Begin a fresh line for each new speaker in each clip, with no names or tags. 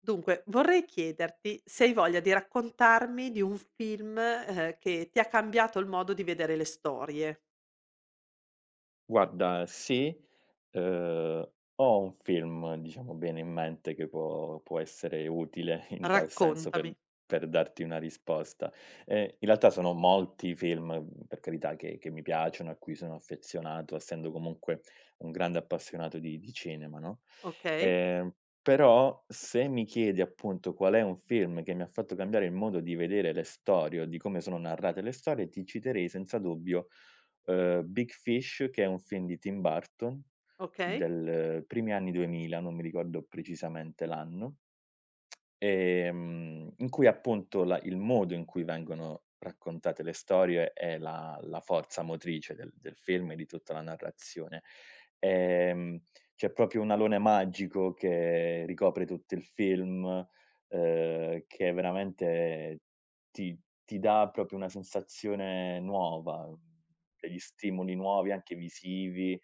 Dunque, vorrei chiederti se hai voglia di raccontarmi di un film, che ti ha cambiato il modo di vedere le storie.
Guarda, sì, uhm, ho un film, diciamo bene, in mente che può essere utile in tal senso
Raccontami,
per darti una risposta. In realtà sono molti i film, per carità, che mi piacciono, a cui sono affezionato, essendo comunque un grande appassionato di cinema, no,
okay,
ehm, però se mi chiedi, appunto, qual è un film che mi ha fatto cambiare il modo di vedere le storie o di come sono narrate le storie, ti citerei senza dubbio Big Fish, che è un film di Tim Burton
okay.
del primi anni 2000. Non mi ricordo precisamente l'anno. In cui appunto la il modo in cui vengono raccontate le storie è la forza motrice del film e di tutta la narrazione. Ehm, C'è proprio un alone magico che ricopre tutto il film, che veramente ti ti dà proprio una sensazione nuova, degli stimoli nuovi anche visivi,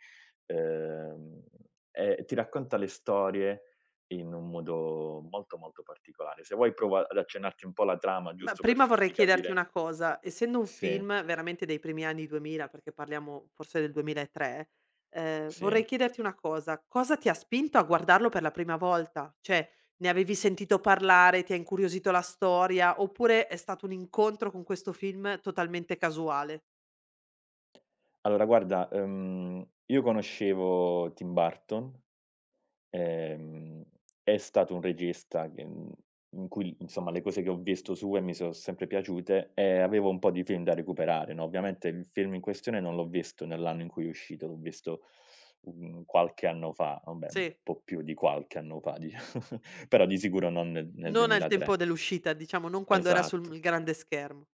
uhm, e ti racconta le storie in un modo molto, molto particolare. Se vuoi prova ad accennarti un po' la trama,
Ma
giusto per
prima vorrei
farti
chiederti
capire.
una cosa: essendo un
Sì,
film veramente dei primi anni 2000, perché parliamo forse del 2003, vorrei
sì.
chiederti una cosa: cosa ti ha spinto a guardarlo per la prima volta? Cioè, ne avevi sentito parlare, ti ha incuriosito la storia, oppure è stato un incontro con questo film totalmente casuale?
Allora guarda, io conoscevo Tim Burton. ehm, è stato un regista che in cui insomma le cose che ho visto sue mi son sempre piaciute e avevo un po' di film da recuperare, no, ovviamente il film in questione non l'ho visto nell'anno in cui è uscito. L'ho visto, qualche anno fa, vabbè un
Sì.
po' più di qualche anno fa dicia però di sicuro non nel
Non al tempo
2003.
dell'uscita, diciamo, non quando era sul
Esatto,
m grande schermo.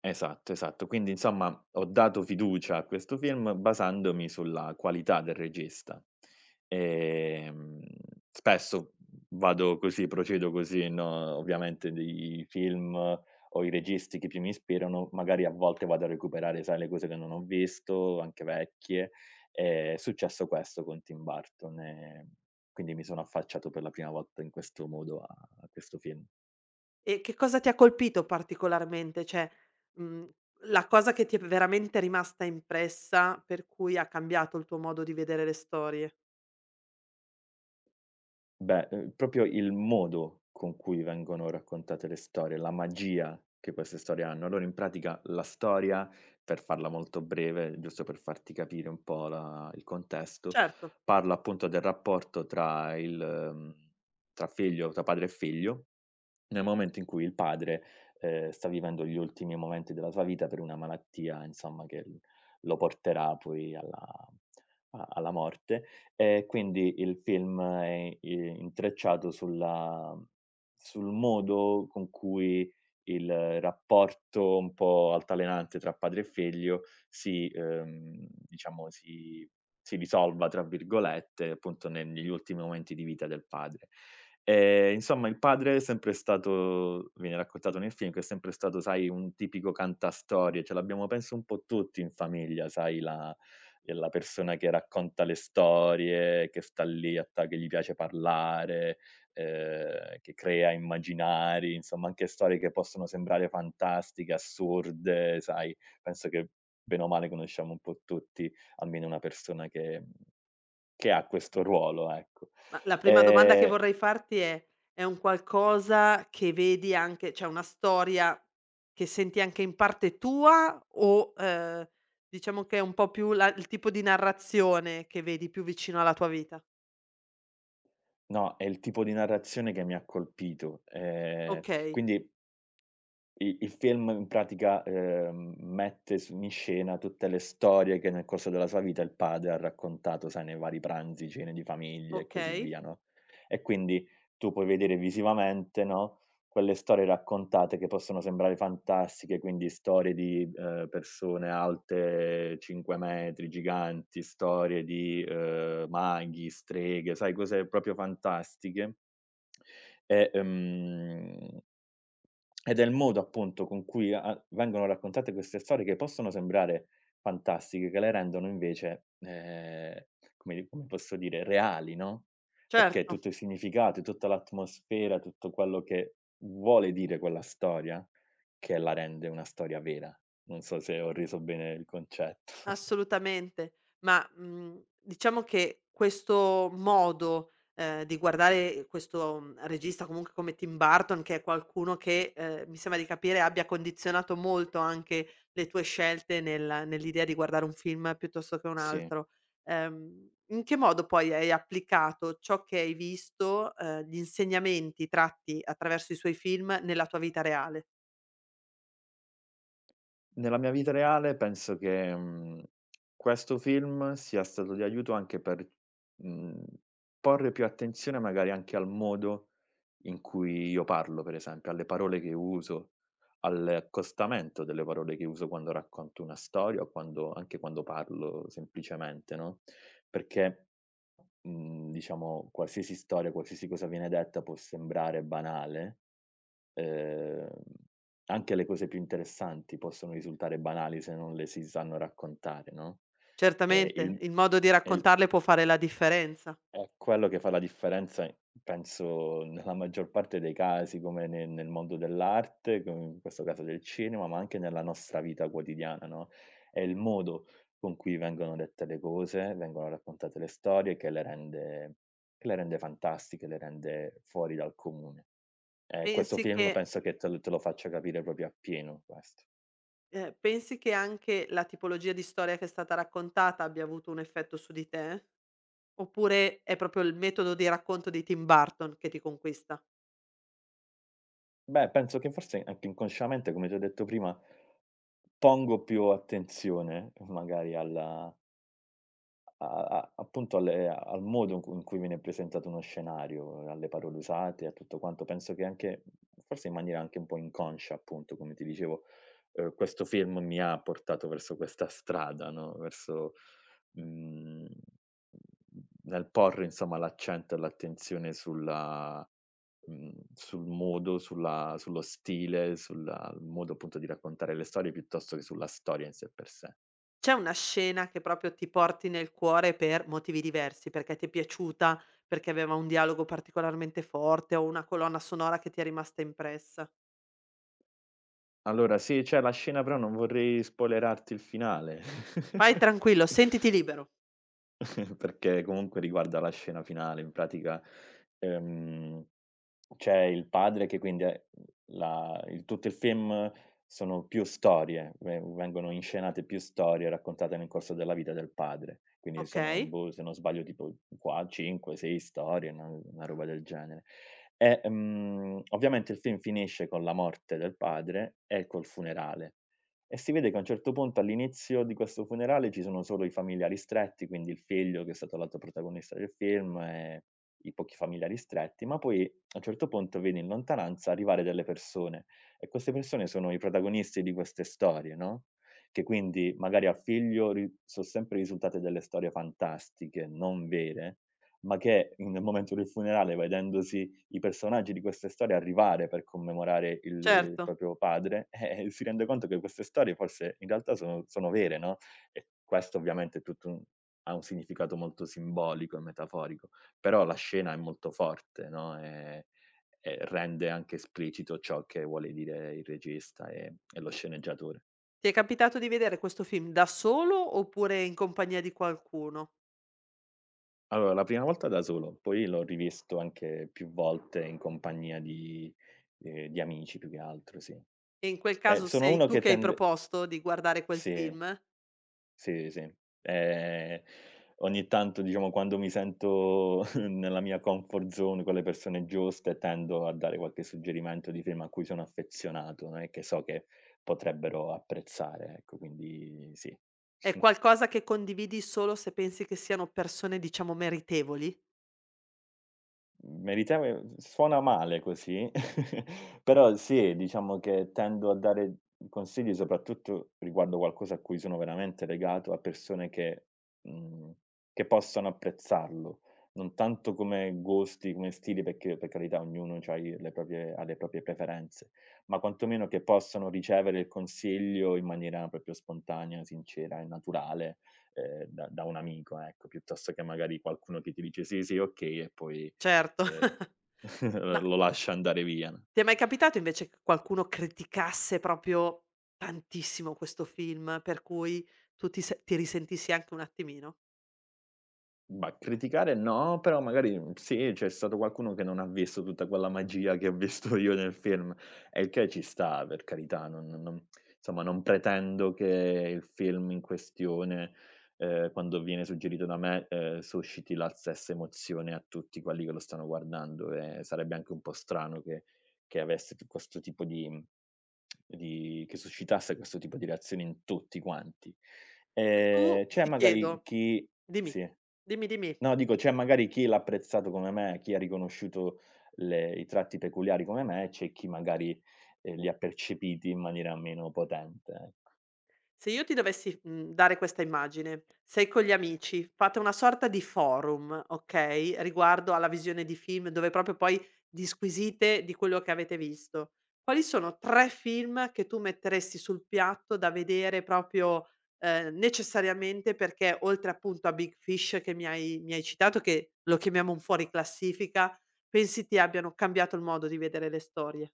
esatto, esatto. Quindi insomma ho dato fiducia a questo film basandomi sulla qualità del regista. Ehm, Spesso vado così, procedo così, no, ovviamente dei film o i registi che più mi ispirano, magari a volte vado a recuperare, sai, le cose che non ho visto, anche vecchie. È successo questo con Tim Burton e quindi mi sono affacciato per la prima volta in questo modo a questo film.
E che cosa ti ha colpito particolarmente? Cioè, mhmm, la cosa che ti è veramente rimasta impressa, per cui ha cambiato il tuo modo di vedere le storie.
Beh, proprio il modo con cui vengono raccontate le storie, la magia che queste storie hanno. Allora in pratica la storia, per farla molto breve, giusto per farti capire un po' la il contesto,
Certo,
parla appunto del rapporto tra il mhmm, tra figlio tra padre e figlio nel momento in cui il padre, sta vivendo gli ultimi momenti della sua vita per una malattia, insomma, che l lo porterà poi alla morte. E quindi il film è i intrecciato sul modo con cui il rapporto un po' altalenante tra padre e figlio si diciamo si "risolva" tra virgolette, appunto, ne negli ultimi momenti di vita del padre. Insomma il padre è sempre stato viene raccontato nel film che è sempre stato, sai, un tipico cantastorie, ce l'abbiamo penso un po' tutti in famiglia, sai la persona che racconta le storie, che sta lì a ta che gli piace parlare, che crea immaginari, insomma anche storie che possono sembrare fantastiche, assurde, sai, penso che bene o male conosciamo un po' tutti almeno una persona che ha questo ruolo, ecco.
ma la prima domanda che
Ehm
vorrei farti è un qualcosa che vedi anche cioè una storia che senti anche in parte tua o, diciamo che è un po' più la il tipo di narrazione che vedi più vicino alla tua vita?
No, è il tipo di narrazione che mi ha colpito.
Okay,
Quindi i il film in pratica, mette s in scena tutte le storie che nel corso della sua vita il padre ha raccontato, sai, nei vari pranzi, cene di famiglia e così
okay.
via, no, e quindi tu puoi vedere visivamente, no, quelle storie raccontate che possono sembrare fantastiche, quindi storie di, persone alte 5 metri, giganti, storie di, maghi, streghe, sai cose proprio fantastiche e, ed è il modo appunto con cui a a vengono raccontate queste storie che possono sembrare fantastiche, che le rendono invece, come di come posso dire, reali, no, perché
Certo,
tutto il significato, tutta l'atmosfera, tutto quello che vuole dire quella storia, che la rende una storia vera. Non so se ho reso bene il concetto.
assolutamente. Ma, diciamo che questo modo, di guardare questo, regista comunque come Tim Burton, che è qualcuno che, mi sembra di capire abbia condizionato molto anche le tue scelte nell'idea di guardare un film piuttosto che un
Sì.
altro, in che modo poi hai applicato ciò che hai visto, gli insegnamenti tratti attraverso i suoi film nella tua vita reale?
Nella mia vita reale penso che, questo film sia stato di aiuto anche per, mhmm, porre più attenzione magari anche al modo in cui io parlo, per esempio, alle parole che uso, all'accostamento delle parole che uso quando racconto una storia o quando anche quando parlo semplicemente, no, perché, diciamo qualsiasi storia, qualsiasi cosa viene detta può sembrare banale. Ehm, Anche le cose più interessanti possono risultare banali se non le si sanno raccontare, no, e
Certamente il modo di
il
raccontarle può fare la differenza.
è quello che fa la differenza, penso, nella maggior parte dei casi, come ne nel mondo dell'arte, come in questo caso del cinema, ma anche nella nostra vita quotidiana, no, è il modo con cui vengono dette le cose, vengono raccontate le storie che le rende fantastiche, le rende fuori dal comune. Questo
Pensi
film
che
penso che te lo faccia capire proprio appieno questo.
pensi che anche la tipologia di storia che è stata raccontata abbia avuto un effetto su di te? Oppure è proprio il metodo di racconto di Tim Burton che ti conquista?
Beh, penso che forse anche inconsciamente, come ti ho detto prima, pongo più attenzione magari alla A a appunto alle al modo in cui viene presentato uno scenario, alle parole usate, a tutto quanto. Penso che anche forse in maniera anche un po' inconscia, appunto, come ti dicevo, questo film mi ha portato verso questa strada, no, verso, mhmm, nel porre insomma l'accento e l'attenzione sul modo, sulla sullo stile, sulla il modo appunto di raccontare le storie piuttosto che sulla storia in sé per sé.
C'è una scena che proprio ti porti nel cuore per motivi diversi, perché ti è piaciuta, perché aveva un dialogo particolarmente forte o una colonna sonora che ti è rimasta impressa?
Allora sì, c'è la scena, però non vorrei spoilerarti il finale,
Vai tranquillo, sentiti libero.
perché comunque riguarda la scena finale. In pratica, ehm, c'è il padre che quindi è la il tutto il film sono più storie, ve vengono inscenate più storie raccontate nel corso della vita del padre. Quindi sono,
Okay,
boh, se non sbaglio tipo qua 5, 6 storie, una roba del genere. E, ovviamente il film finisce con la morte del padre e col funerale. E si vede che a un certo punto, all'inizio di questo funerale, ci sono solo i familiari stretti, quindi il figlio che è stato l'altro protagonista del film e i pochi familiari stretti, ma poi a un certo punto vedi in lontananza arrivare delle persone e queste persone sono i protagonisti di queste storie, no, che quindi magari al figlio ri so' sempre risultate delle storie fantastiche, non vere, ma che in nel momento del funerale, vedendosi i personaggi di queste storie arrivare per commemorare il
certo.
proprio padre, si rende conto che queste storie forse in realtà sono vere, no, e questo ovviamente è tutto un ha un significato molto simbolico e metaforico, però la scena è molto forte, no, e rende anche esplicito ciò che vuole dire il regista e lo sceneggiatore.
Ti è capitato di vedere questo film da solo oppure in compagnia di qualcuno?
Allora, la prima volta da solo, poi l'ho rivisto anche più volte in compagnia di di amici più che altro, sì.
E in quel caso
Sono
sei
uno
tu
che
che hai
tende.
proposto di guardare quel
Sì,
film?
sì, sì. Ehm, Ogni tanto diciamo quando mi sento nella mia comfort zone con le persone giuste, tendo a dare qualche suggerimento di film a cui sono affezionato, no, e che so che potrebbero apprezzare, ecco, quindi sì.
È qualcosa che condividi solo se pensi che siano persone, diciamo, meritevoli?
Meritevole suona male così, però sì, diciamo che tendo a dare consigli soprattutto riguardo qualcosa a cui sono veramente legato, a persone mhmm, che possano apprezzarlo. Non tanto come gusti, come stili, perché per carità ognuno c'ha i le proprie ha le proprie preferenze, ma quantomeno che possano ricevere il consiglio in maniera proprio spontanea, sincera e naturale, da un amico, ecco, piuttosto che magari qualcuno che ti dice: "Sì, sì, okay" e poi
Certo.
Ehm,
Ma
lo lascia andare via, no?
ti è mai capitato invece che qualcuno criticasse proprio tantissimo questo film, per cui tu ti se ti risentissi anche un attimino?
Bah, criticare no, però magari, sì, c'è stato qualcuno che non ha visto tutta quella magia che ho visto io nel film, e il che ci sta, per carità, non insomma, non pretendo che il film in questione, quando viene suggerito da me, susciti la stessa emozione a tutti quelli che lo stanno guardando, e sarebbe anche un po' strano che avesse t questo tipo di che suscitasse questo tipo di reazioni in tutti quanti.
Se tu
C'è
ti chiedo
magari chi
Dimmi,
sì.
dimmi, dimmi.
No, dico, c'è magari chi l'ha apprezzato come me, chi ha riconosciuto le i tratti peculiari come me, e c'è chi magari, li ha percepiti in maniera meno potente, ecco.
Se io ti dovessi, dare questa immagine, sei con gli amici, fate una sorta di forum, okay, riguardo alla visione di film, dove proprio poi disquisite di quello che avete visto. Quali sono 3 film che tu metteresti sul piatto da vedere proprio, necessariamente perché oltre appunto a Big Fish che mi hai citato, che lo chiamiamo un fuori classifica, pensi ti abbiano cambiato il modo di vedere le storie?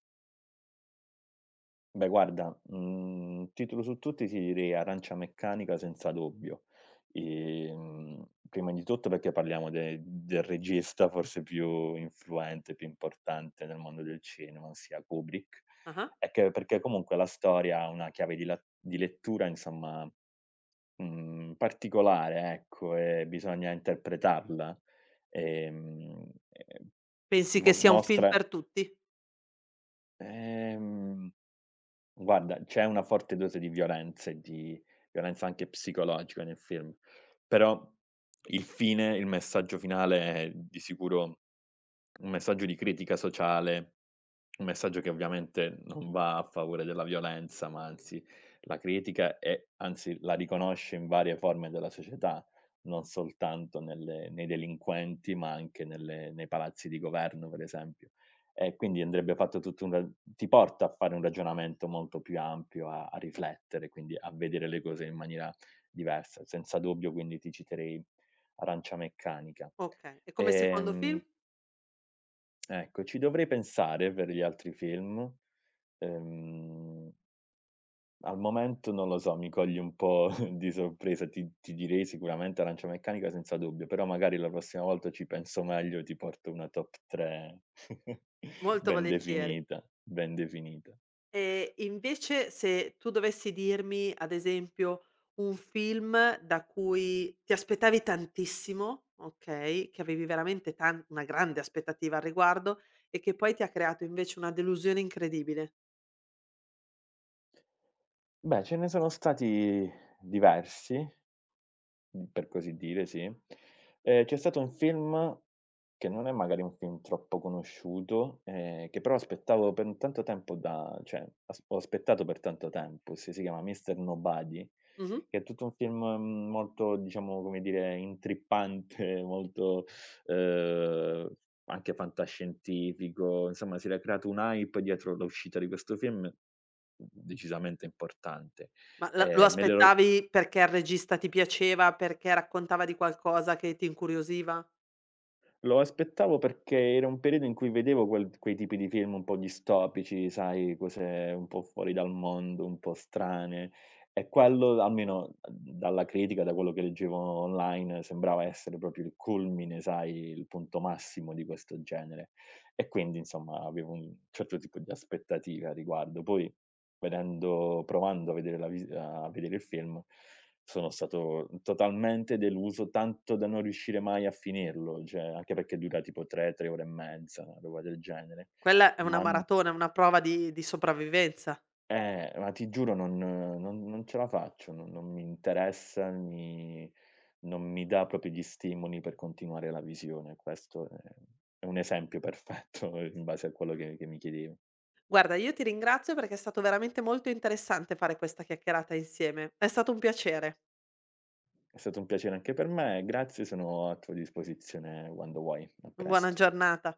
Beh guarda, titolo su tutti ti direi Arancia Meccanica senza dubbio. Prima di tutto perché parliamo de del regista forse più influente, più importante nel mondo del cinema, ossia Kubrick,
Ah-ah.
e che perché comunque la storia ha una chiave di lettura insomma particolare, ecco, e bisogna interpretarla. Ehm, ehm,
Pensi che sia un film
mostra
per tutti?
ehm, guarda, c'è una forte dose di violenza e di violenza anche psicologica nel film, però il fine, il messaggio finale è di sicuro un messaggio di critica sociale, un messaggio che ovviamente non va a favore della violenza, ma anzi la critica e anzi la riconosce in varie forme della società, non soltanto nelle nei delinquenti, ma anche nelle nei palazzi di governo, per esempio. E quindi andrebbe fatto tutto un ra ti porta a fare un ragionamento molto più ampio, a riflettere, quindi a vedere le cose in maniera diversa. Senza dubbio quindi ti citerei Arancia Meccanica.
Okay. E come secondo film?
Ehm Ecco, ci dovrei pensare per gli altri film. Ehm, Al momento non lo so, mi cogli un po' di sorpresa. Ti direi sicuramente Arancia Meccanica senza dubbio, però magari la prossima volta ci penso meglio e ti porto una top 3
Molto
ben
volentieri.
definita, ben definita.
E invece se tu dovessi dirmi, ad esempio, un film da cui ti aspettavi tantissimo, okay, che avevi veramente tan una grande aspettativa al riguardo e che poi ti ha creato invece una delusione incredibile.
Beh, ce ne sono stati diversi. Per così dire, sì. C'è stato un film che non è magari un film troppo conosciuto, che però aspettavo per tanto tempo da cioè, as ho aspettato per tanto tempo, si chiama Mister Nobody,
Mh-mh.
che è tutto un film, molto, diciamo, come dire, intrippante, molto, ehm, anche fantascientifico, insomma si era creato un hype dietro l'uscita di questo film, decisamente importante.
Ma la lo
Me l'ero
aspettavi perché il regista ti piaceva, perché raccontava di qualcosa che ti incuriosiva?
Lo aspettavo perché era un periodo in cui vedevo quel quei tipi di film un po' distopici, sai, cose un po' fuori dal mondo, un po' strane, e quello almeno dalla critica, da quello che leggevo online, sembrava essere proprio il culmine, sai, il punto massimo di questo genere. E quindi insomma avevo un certo tipo di aspettative a riguardo. Poi vedendo provando a vedere il film sono stato totalmente deluso, tanto da non riuscire mai a finirlo, cioè anche perché dura tipo 3, 3 ore e mezza, una roba del genere.
Quella è una
Ma n
maratona, è una prova di sopravvivenza.
ma ti giuro non ce la faccio, non mi interessa, mi non mi dà proprio gli stimoli per continuare la visione. Questo è un esempio perfetto in base a quello che mi chiedevi.
Guarda, io ti ringrazio perché è stato veramente molto interessante fare questa chiacchierata insieme. È stato un piacere.
È stato un piacere anche per me, grazie, sono a tua disposizione quando vuoi. A
Buona
presto.
giornata.